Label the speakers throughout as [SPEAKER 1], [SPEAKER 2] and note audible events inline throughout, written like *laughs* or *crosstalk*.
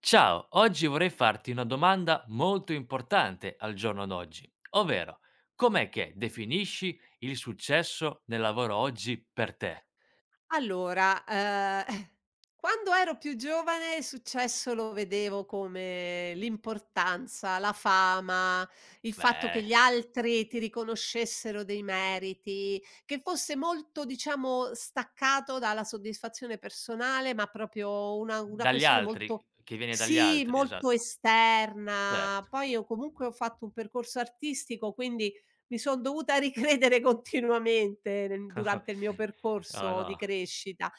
[SPEAKER 1] Ciao, oggi vorrei farti una domanda molto importante al giorno d'oggi, ovvero com'è che definisci il successo nel lavoro oggi per te?
[SPEAKER 2] Allora, *laughs* quando ero più giovane il successo lo vedevo come l'importanza, la fama, il fatto che
[SPEAKER 1] Beh,
[SPEAKER 2] gli altri ti riconoscessero dei meriti, che fosse molto, diciamo, staccato dalla soddisfazione personale, ma proprio una
[SPEAKER 1] dagli
[SPEAKER 2] questione molto
[SPEAKER 1] altri, che viene dagli
[SPEAKER 2] sì,
[SPEAKER 1] altri,
[SPEAKER 2] molto
[SPEAKER 1] esatto,
[SPEAKER 2] esterna.
[SPEAKER 1] certo.
[SPEAKER 2] Poi io comunque ho fatto un percorso artistico, quindi mi son dovuta ricredere *laughs* continuamente nel durante il mio
[SPEAKER 1] *laughs* No,
[SPEAKER 2] percorso di
[SPEAKER 1] no,
[SPEAKER 2] crescita.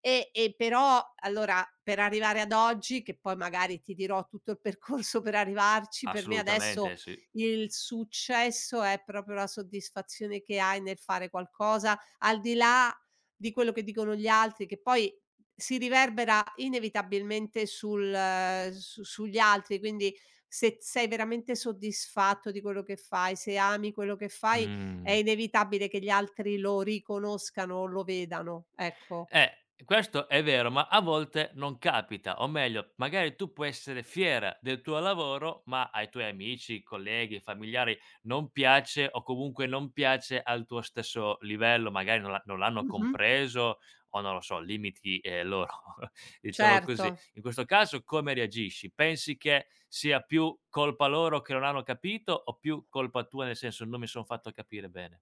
[SPEAKER 2] E però allora per arrivare ad oggi, che poi magari ti dirò tutto il percorso per arrivarci, per me adesso
[SPEAKER 1] assolutamente sì.
[SPEAKER 2] il successo è proprio la soddisfazione che hai nel fare qualcosa, al di là di quello che dicono gli altri, che poi si riverbera inevitabilmente sul su sugli altri, quindi se sei veramente soddisfatto di quello che fai, se ami quello che fai, è
[SPEAKER 1] Mh.
[SPEAKER 2] inevitabile che gli altri lo riconoscano o lo vedano, ecco.
[SPEAKER 1] Eh, questo è vero, ma a volte non capita, o meglio, magari tu puoi essere fiera del tuo lavoro, ma ai tuoi amici, colleghi, familiari non piace o comunque non piace al tuo stesso livello, magari non l'hanno
[SPEAKER 2] Mh-mh.
[SPEAKER 1] compreso o non lo so, limiti loro, *laughs* diciamo
[SPEAKER 2] Certo.
[SPEAKER 1] così. In questo caso come reagisci? Pensi che sia più colpa loro che non hanno capito o più colpa tua nel senso non mi sono fatto capire bene?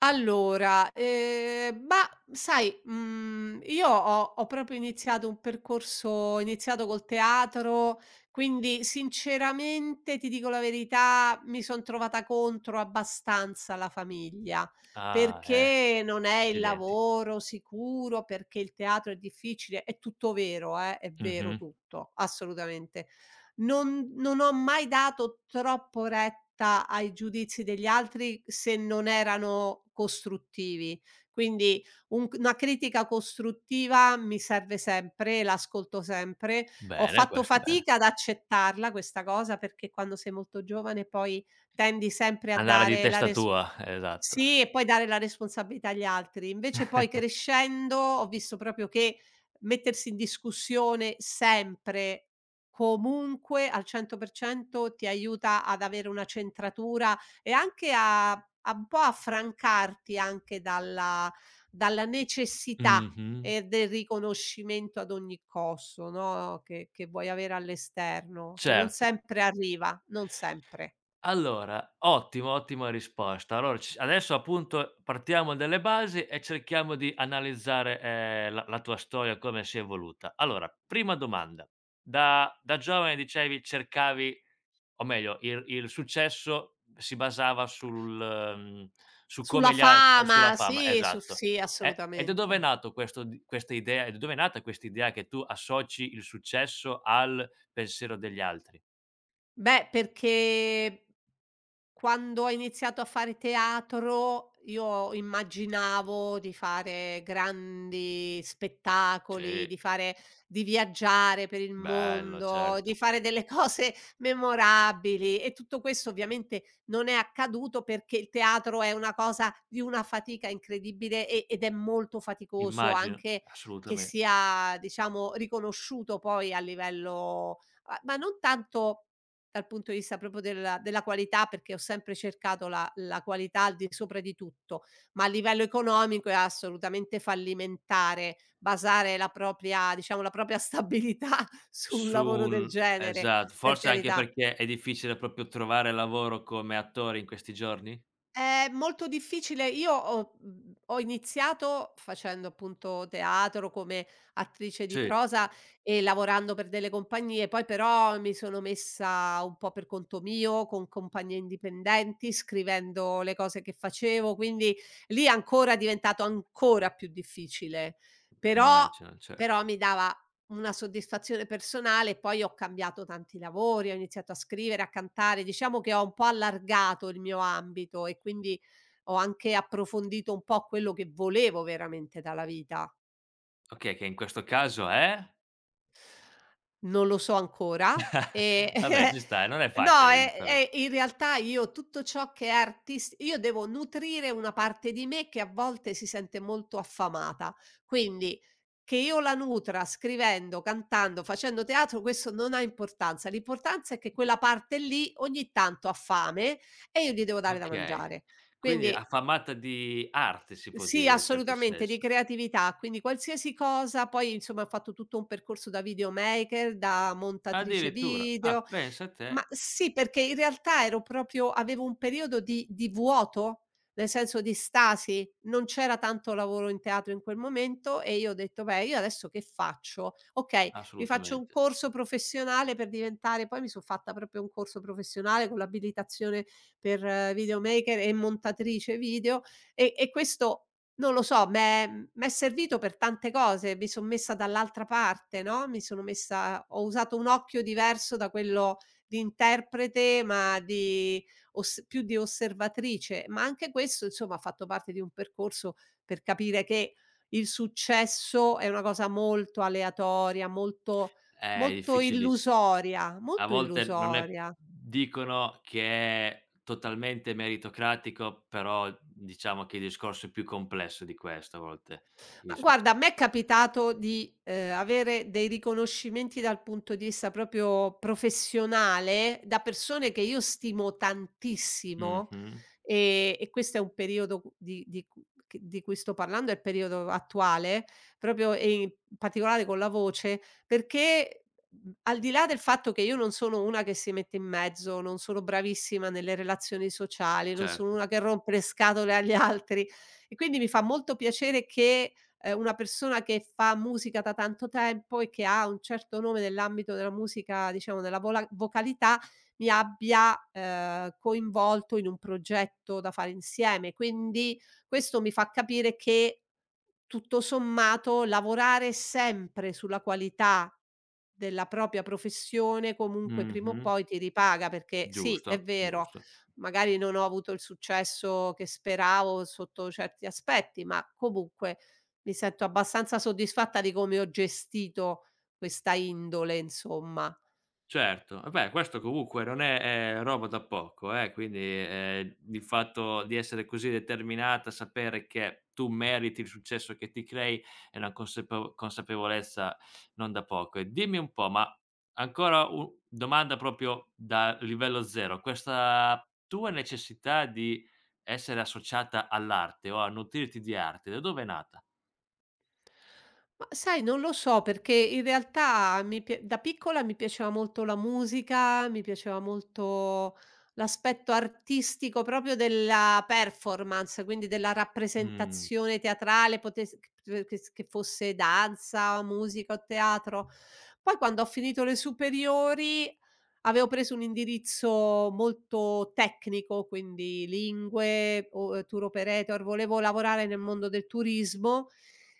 [SPEAKER 2] Allora, mah, sai, io ho proprio iniziato un percorso ho iniziato col teatro, quindi sinceramente, ti dico la verità, mi son trovata contro abbastanza la famiglia,
[SPEAKER 1] Ah,
[SPEAKER 2] perché non è il
[SPEAKER 1] accidenti.
[SPEAKER 2] lavoro sicuro, perché il teatro è difficile. È tutto vero, è vero
[SPEAKER 1] Mhm.
[SPEAKER 2] tutto, assolutamente non ho mai dato troppo retta ai giudizi degli altri se non erano costruttivi. Quindi un c una critica costruttiva mi serve sempre, l'ascolto sempre. Ho
[SPEAKER 1] Bene,
[SPEAKER 2] fatto
[SPEAKER 1] questo bene.
[SPEAKER 2] fatica ad accettarla questa cosa, perché quando sei molto giovane poi tendi sempre a
[SPEAKER 1] Andare di
[SPEAKER 2] dare la
[SPEAKER 1] testa
[SPEAKER 2] res
[SPEAKER 1] tua, esatto.
[SPEAKER 2] sì, e poi dare la responsabilità agli altri. Invece poi
[SPEAKER 1] *laughs*
[SPEAKER 2] crescendo ho visto proprio che mettersi in discussione sempre, comunque al 100% ti aiuta ad avere una centratura e anche a un po' a francarti anche dalla necessità
[SPEAKER 1] Mh-mh,
[SPEAKER 2] del riconoscimento ad ogni costo, no, che vuoi avere all'esterno, che non
[SPEAKER 1] certo.
[SPEAKER 2] sempre arriva, non sempre.
[SPEAKER 1] Allora, ottimo, ottima risposta. Allora c adesso appunto partiamo dalle basi e cerchiamo di analizzare, la tua storia come si è evoluta. Allora, prima domanda: da giovane dicevi cercavi. O meglio, il successo si basava sul su
[SPEAKER 2] Sulla
[SPEAKER 1] come gli al e sulla
[SPEAKER 2] fama,
[SPEAKER 1] fama,
[SPEAKER 2] sì, su
[SPEAKER 1] esatto.
[SPEAKER 2] sì,
[SPEAKER 1] E da dove è
[SPEAKER 2] assolutamente.
[SPEAKER 1] nato questo d questa idea e da dove è nata questa idea che tu associ il successo al pensiero degli altri?
[SPEAKER 2] Beh, perché quando ho iniziato a fare teatro, io immaginavo di fare grandi spettacoli,
[SPEAKER 1] Sì,
[SPEAKER 2] di viaggiare per il
[SPEAKER 1] bello,
[SPEAKER 2] mondo,
[SPEAKER 1] certo.
[SPEAKER 2] di fare delle *laughs* cose memorabili e tutto questo ovviamente non è accaduto perché il teatro è una cosa di una fatica incredibile ed è molto faticoso
[SPEAKER 1] Immagino,
[SPEAKER 2] anche che
[SPEAKER 1] assolutame.
[SPEAKER 2] sia, diciamo, riconosciuto poi a livello a ma non tanto dal punto di vista proprio della qualità, perché ho sempre cercato la qualità al di sopra di tutto, ma a livello economico è assolutamente fallimentare basare la propria diciamo, la propria stabilità *laughs* su un
[SPEAKER 1] Su
[SPEAKER 2] lavoro del
[SPEAKER 1] un
[SPEAKER 2] genere,
[SPEAKER 1] esatto,
[SPEAKER 2] per
[SPEAKER 1] forse anche
[SPEAKER 2] carità.
[SPEAKER 1] perché è difficile proprio trovare lavoro come attore in questi giorni?
[SPEAKER 2] È molto difficile. Io ho iniziato facendo appunto teatro come attrice di
[SPEAKER 1] Sì,
[SPEAKER 2] prosa e lavorando per delle compagnie, poi però mi sono messa un po' per conto mio, con compagnie indipendenti, scrivendo le cose che facevo, quindi lì ancora è diventato ancora più difficile. Però
[SPEAKER 1] immagino, certo.
[SPEAKER 2] però mi dava una soddisfazione personale, poi ho cambiato tanti lavori, ho iniziato a scrivere, a cantare, diciamo che ho un po' allargato il mio ambito e quindi ho anche approfondito un po' quello che volevo veramente dalla vita.
[SPEAKER 1] Okay, che in questo caso è?
[SPEAKER 2] Non lo so ancora,
[SPEAKER 1] *laughs* Vabbè
[SPEAKER 2] *laughs*
[SPEAKER 1] ci sta, non è
[SPEAKER 2] no,
[SPEAKER 1] facile
[SPEAKER 2] e
[SPEAKER 1] giustamente.
[SPEAKER 2] e in realtà io tutto ciò che è artis io devo nutrire una parte di me che a volte si sente molto affamata. Quindi che io la nutra scrivendo, cantando, facendo teatro, questo non ha importanza. L'importanza è che
[SPEAKER 1] Che
[SPEAKER 2] quella parte lì ogni tanto ha fame e io gli devo dare da
[SPEAKER 1] okay,
[SPEAKER 2] mangiare.
[SPEAKER 1] quindi
[SPEAKER 2] Quindi
[SPEAKER 1] affamata di arte si può dire
[SPEAKER 2] sì,
[SPEAKER 1] in un certo
[SPEAKER 2] assolutamente, di
[SPEAKER 1] senso.
[SPEAKER 2] creatività, quindi qualsiasi cosa, poi insomma ho fatto tutto un percorso da videomaker, da montatrice
[SPEAKER 1] Addirittura, ah
[SPEAKER 2] video,
[SPEAKER 1] pensa a te,
[SPEAKER 2] ma sì, perché in realtà ero proprio avevo un periodo di vuoto, nel senso di stasi, non c'era tanto lavoro in teatro in quel momento e io ho detto: "Beh, io adesso che faccio? Okay, mi faccio un
[SPEAKER 1] assolutamente.
[SPEAKER 2] corso professionale per diventare". Poi mi son fatta proprio un corso professionale con l'abilitazione per videomaker e montatrice video e questo non lo so, m'è servito per tante cose, mi son messa dall'altra parte, no, mi sono messa ho usato un occhio diverso da quello di interprete, ma di os più di osservatrice, ma anche questo insomma ha fatto parte di un percorso per capire che il successo è una cosa molto aleatoria, molto
[SPEAKER 1] È
[SPEAKER 2] molto
[SPEAKER 1] difficilissimo.
[SPEAKER 2] illusoria,
[SPEAKER 1] A
[SPEAKER 2] molto
[SPEAKER 1] volte non è,
[SPEAKER 2] illusoria.
[SPEAKER 1] dicono che è totalmente meritocratico, però diciamo che il discorso è più complesso di questo a volte.
[SPEAKER 2] Ma
[SPEAKER 1] Il succe
[SPEAKER 2] guarda, a me è capitato di, avere dei riconoscimenti dal punto di vista proprio professionale da persone che io stimo tantissimo,
[SPEAKER 1] mh-mh,
[SPEAKER 2] e questo è un periodo cu di cu che di cui sto parlando, è il periodo attuale, proprio e in particolare con la voce, perché, al di là del fatto che io non sono una che si mette in mezzo, non sono bravissima nelle relazioni sociali, non sono
[SPEAKER 1] certo.
[SPEAKER 2] una che rompe le scatole agli altri e quindi mi fa molto piacere che, una persona che fa musica da tanto tempo e che ha un certo nome nell'ambito della musica, diciamo della vola vocalità, mi abbia, coinvolto in un progetto da fare insieme. Quindi questo mi fa capire che, tutto sommato, lavorare sempre sulla qualità della propria professione comunque prima o
[SPEAKER 1] Mh-mh,
[SPEAKER 2] poi ti ripaga, perché sì, è
[SPEAKER 1] giusto,
[SPEAKER 2] vero,
[SPEAKER 1] giusto.
[SPEAKER 2] magari non ho avuto il successo che speravo sotto certi aspetti, ma comunque mi sento abbastanza soddisfatta di come ho gestito questa indole, insomma.
[SPEAKER 1] Certo, vabbè questo comunque non è, è roba da poco quindi, il fatto di essere così determinata, sapere che tu meriti il successo che ti crei è una consapevolezza non da poco. E dimmi un po', ma ancora u domanda proprio da livello 0, questa tua necessità di essere associata all'arte o a nutrirti di arte, da dove è nata?
[SPEAKER 2] Ma sai, non lo so perché in realtà mi pia da piccola mi piaceva molto la musica, mi piaceva molto l'aspetto artistico proprio della performance, quindi della
[SPEAKER 1] Mh,
[SPEAKER 2] rappresentazione teatrale, potes che s che fosse danza, musica o teatro. Poi quando ho finito le superiori avevo preso un indirizzo molto tecnico, quindi lingue o tour operator, volevo lavorare nel mondo del turismo,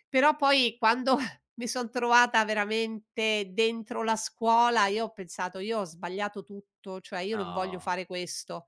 [SPEAKER 2] però poi quando *laughs* mi son trovata veramente dentro la scuola, io ho pensato: "Io ho sbagliato tutto, cioè io non voglio
[SPEAKER 1] oh.
[SPEAKER 2] fare questo,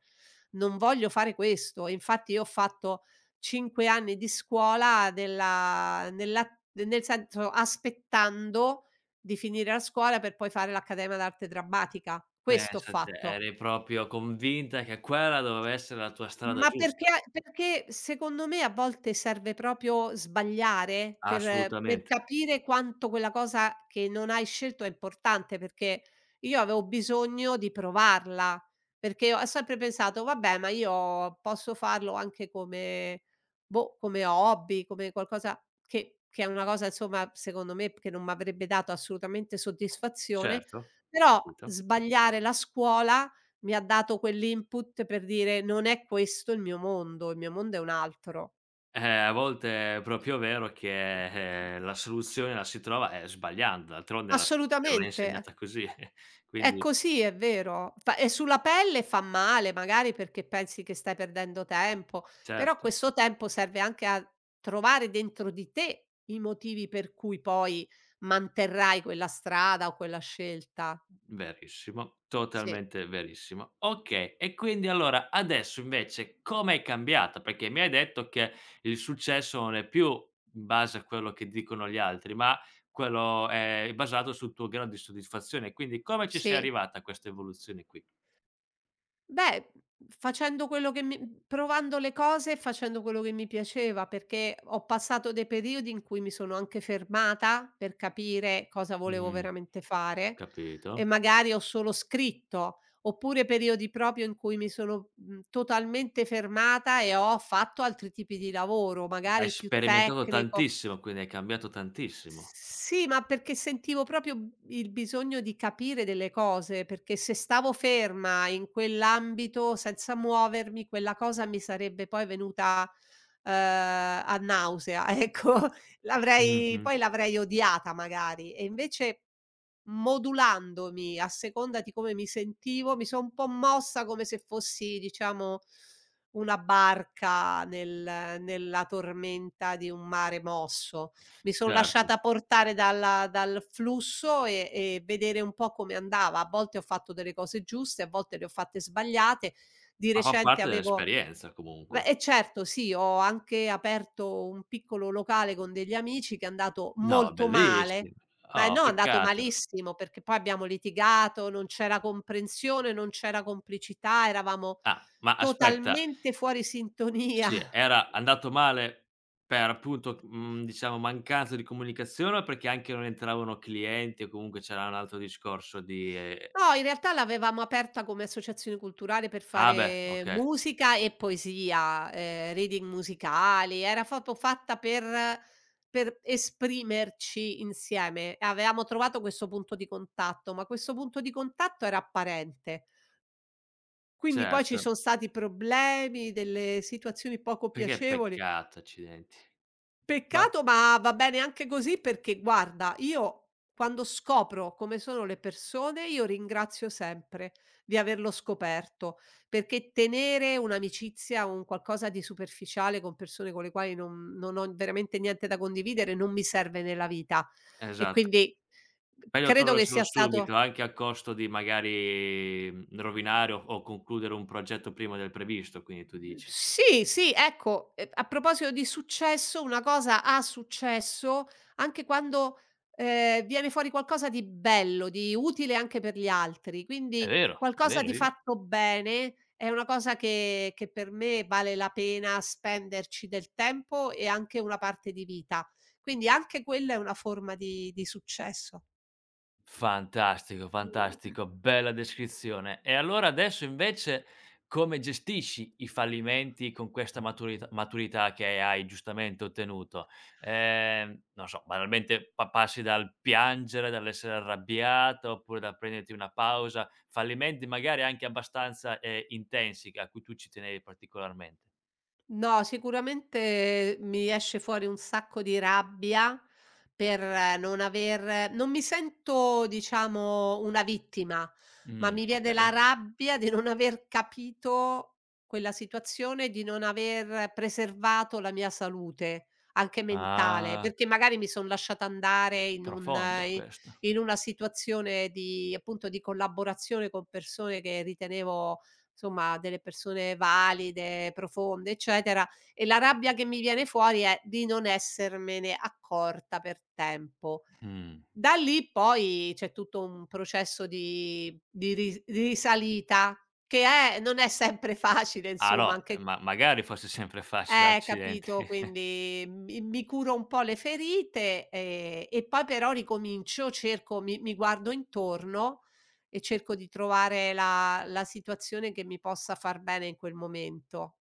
[SPEAKER 2] non voglio fare questo". E infatti io ho fatto 5 anni di scuola della nella nel senso aspettando di finire la scuola per poi fare l'accademia d'arte drammatica. Questo ho
[SPEAKER 1] Pensa te,
[SPEAKER 2] fatto.
[SPEAKER 1] eri proprio convinta che quella doveva essere la tua strada
[SPEAKER 2] Ma perché
[SPEAKER 1] giusta.
[SPEAKER 2] a perché secondo me a volte serve proprio sbagliare per
[SPEAKER 1] Assolutamente,
[SPEAKER 2] capire quanto quella cosa che non hai scelto è importante, perché io avevo bisogno di provarla, perché ho sempre pensato: "Vabbè, ma io posso farlo anche come boh, come hobby, come qualcosa", che è una cosa insomma, secondo me, che non m'avrebbe dato assolutamente soddisfazione,
[SPEAKER 1] certo,
[SPEAKER 2] però
[SPEAKER 1] capito.
[SPEAKER 2] sbagliare la scuola mi ha dato quell'input per dire: "Non è questo il mio mondo è un altro".
[SPEAKER 1] A volte è proprio vero che, la soluzione la si trova, sbagliando, d'altronde la storia l'ha
[SPEAKER 2] Assolutamente,
[SPEAKER 1] insegnata così, *laughs*
[SPEAKER 2] è
[SPEAKER 1] quindi
[SPEAKER 2] così, è vero. Fa e Sulla pelle fa male, magari perché pensi che stai perdendo tempo, però
[SPEAKER 1] certo.
[SPEAKER 2] questo tempo serve anche a trovare dentro di te i motivi per cui poi manterrai quella strada o quella scelta.
[SPEAKER 1] Verissimo,
[SPEAKER 2] Sì,
[SPEAKER 1] totalmente verissimo. Okay, e quindi allora adesso invece com'è cambiata? Perché mi hai detto che il successo non è più in base a quello che dicono gli altri, ma quello è basato sul tuo grado di soddisfazione. Quindi come ci sei
[SPEAKER 2] sì.
[SPEAKER 1] arrivata a questa evoluzione qui?
[SPEAKER 2] Beh, facendo quello che mi provando le cose e facendo quello che mi piaceva, perché ho passato dei periodi in cui mi sono anche fermata per capire cosa volevo
[SPEAKER 1] Mh,
[SPEAKER 2] veramente fare e
[SPEAKER 1] capito.
[SPEAKER 2] magari ho solo scritto, oppure periodi proprio in cui mi sono, totalmente fermata e ho fatto altri tipi di lavoro,
[SPEAKER 1] Hai
[SPEAKER 2] magari più
[SPEAKER 1] sperimentato
[SPEAKER 2] tecnico.
[SPEAKER 1] tantissimo, quindi hai cambiato tantissimo.
[SPEAKER 2] Sì, ma perché sentivo proprio b il bisogno di capire delle cose, perché se stavo ferma in quell'ambito senza muovermi, quella cosa mi sarebbe poi venuta, a nausea, *laughs* ecco.
[SPEAKER 1] Mh-mh,
[SPEAKER 2] L'avrei odiata magari. E invece modulandomi a seconda di come mi sentivo, mi son un po' mossa come se fossi, diciamo, una barca nella tormenta di un mare mosso. Mi son
[SPEAKER 1] certo,
[SPEAKER 2] lasciata portare dal flusso e vedere un po' come andava. A volte ho fatto delle cose giuste, a volte le ho fatte sbagliate. Di
[SPEAKER 1] ma fa
[SPEAKER 2] recente
[SPEAKER 1] parte
[SPEAKER 2] avevo
[SPEAKER 1] dell'esperienza
[SPEAKER 2] beh,
[SPEAKER 1] comunque.
[SPEAKER 2] eh certo, sì, ho anche aperto un piccolo locale con degli amici che è andato
[SPEAKER 1] No,
[SPEAKER 2] molto male,
[SPEAKER 1] bellissimo.
[SPEAKER 2] ma
[SPEAKER 1] Oh,
[SPEAKER 2] no, è andato
[SPEAKER 1] peccato.
[SPEAKER 2] malissimo perché poi abbiamo litigato, non c'era comprensione, non c'era complicità, eravamo
[SPEAKER 1] Ah, ma aspetta,
[SPEAKER 2] totalmente fuori sintonia.
[SPEAKER 1] sì, era andato male per appunto, diciamo mancanza di comunicazione o perché anche non entravano clienti o comunque c'era un altro discorso di
[SPEAKER 2] No, in realtà l'avevamo aperta come associazione culturale per
[SPEAKER 1] ah beh,
[SPEAKER 2] fare
[SPEAKER 1] okay,
[SPEAKER 2] musica e poesia, reading musicali, era fatto fatta per esprimerci insieme. Avevamo trovato questo punto di contatto, ma questo punto di contatto era apparente. Quindi poi ci son
[SPEAKER 1] certo.
[SPEAKER 2] stati problemi, delle situazioni poco
[SPEAKER 1] Perché
[SPEAKER 2] piacevoli.
[SPEAKER 1] peccato, accidenti. Va
[SPEAKER 2] Peccato, ma va bene anche così perché guarda, io quando scopro come sono le persone, io ringrazio sempre di averlo scoperto, perché tenere un'amicizia, un qualcosa di superficiale con persone con le quali non ho veramente niente da condividere, non mi serve nella vita. E
[SPEAKER 1] esatto.
[SPEAKER 2] quindi
[SPEAKER 1] Meglio
[SPEAKER 2] credo che
[SPEAKER 1] toglierselo
[SPEAKER 2] sia stato
[SPEAKER 1] subito, anche a costo di magari, rovinare o concludere un progetto prima del previsto, quindi tu
[SPEAKER 2] Mhmm,
[SPEAKER 1] dici.
[SPEAKER 2] sì, sì, ecco, a proposito di successo, una cosa ha successo anche quando, viene fuori qualcosa di bello, di utile anche per gli altri, quindi
[SPEAKER 1] È
[SPEAKER 2] qualcosa
[SPEAKER 1] vero,
[SPEAKER 2] di
[SPEAKER 1] io
[SPEAKER 2] fatto bene è una cosa che per me vale la pena spenderci del tempo e anche una parte di vita. Quindi anche quella è una forma di successo.
[SPEAKER 1] Fantastico, fantastico, bella descrizione. E allora adesso invece come gestisci i fallimenti con questa maturità che hai giustamente ottenuto? Non so, banalmente pa passi dal piangere, dall'essere arrabbiata, oppure da prenderti una pausa, fallimenti magari anche abbastanza, intensi che a cui tu ci tenevi particolarmente.
[SPEAKER 2] No, sicuramente mi esce fuori un sacco di rabbia per non mi sento diciamo una vittima, ma mi viene la
[SPEAKER 1] Okay.
[SPEAKER 2] rabbia di non aver capito quella situazione, di non aver preservato la mia salute, anche mentale,
[SPEAKER 1] Ah,
[SPEAKER 2] perché magari mi son lasciata andare in un
[SPEAKER 1] profondo
[SPEAKER 2] i
[SPEAKER 1] questo.
[SPEAKER 2] in una situazione di appunto, di collaborazione con persone che ritenevo delle persone valide, profonde, eccetera, e la rabbia che mi viene fuori è di non essermene accorta per tempo.
[SPEAKER 1] Mh.
[SPEAKER 2] Da lì poi c'è tutto un processo di risalita che è non è sempre *laughs* facile
[SPEAKER 1] Ah
[SPEAKER 2] insomma
[SPEAKER 1] no,
[SPEAKER 2] anche
[SPEAKER 1] ma magari fosse sempre facile, accidenti.
[SPEAKER 2] capito,
[SPEAKER 1] *laughs*
[SPEAKER 2] quindi mi curo un po' le ferite, e poi però ricomincio, cerco mi guardo intorno e cerco di trovare la situazione che mi possa far bene in quel momento.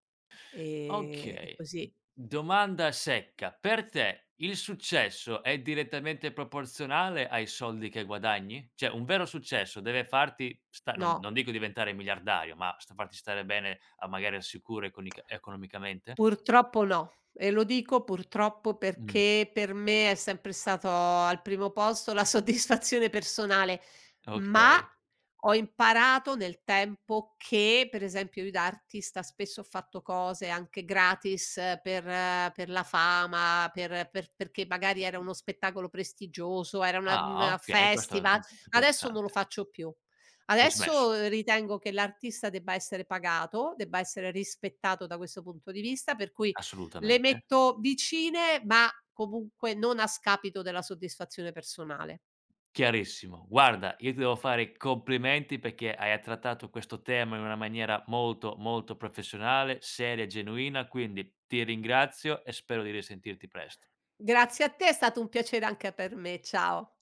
[SPEAKER 2] È
[SPEAKER 1] Okay, d
[SPEAKER 2] così.
[SPEAKER 1] domanda secca. Per te il successo è direttamente proporzionale ai soldi che guadagni? Cioè un vero successo deve farti sta non
[SPEAKER 2] No,
[SPEAKER 1] non dico diventare miliardario, ma sta farti stare bene a magari al sicuro econica economicamente?
[SPEAKER 2] purtroppo no. E lo dico purtroppo
[SPEAKER 1] Mh,
[SPEAKER 2] perché per me è sempre stato al primo posto la *laughs* soddisfazione personale. Ma
[SPEAKER 1] okay.
[SPEAKER 2] ho imparato nel tempo che, per esempio, io da artista spesso ho fatto cose anche gratis per la fama, perché magari era uno spettacolo prestigioso, era una
[SPEAKER 1] Ah,
[SPEAKER 2] un
[SPEAKER 1] okay, questo è,
[SPEAKER 2] festival. Adesso non lo
[SPEAKER 1] interessante.
[SPEAKER 2] faccio più.
[SPEAKER 1] Hai smesso?
[SPEAKER 2] Adesso ritengo che l'artista debba essere pagato, debba essere rispettato da questo punto di vista, per cui le
[SPEAKER 1] Assolutamente.
[SPEAKER 2] metto vicine, ma comunque non a scapito della soddisfazione personale.
[SPEAKER 1] Chiarissimo. Guarda, io ti devo fare i complimenti perché hai trattato questo tema in una maniera molto, molto professionale, seria e genuina, quindi ti ringrazio e spero di risentirti presto.
[SPEAKER 2] Grazie a te, è stato un piacere anche per me. Ciao.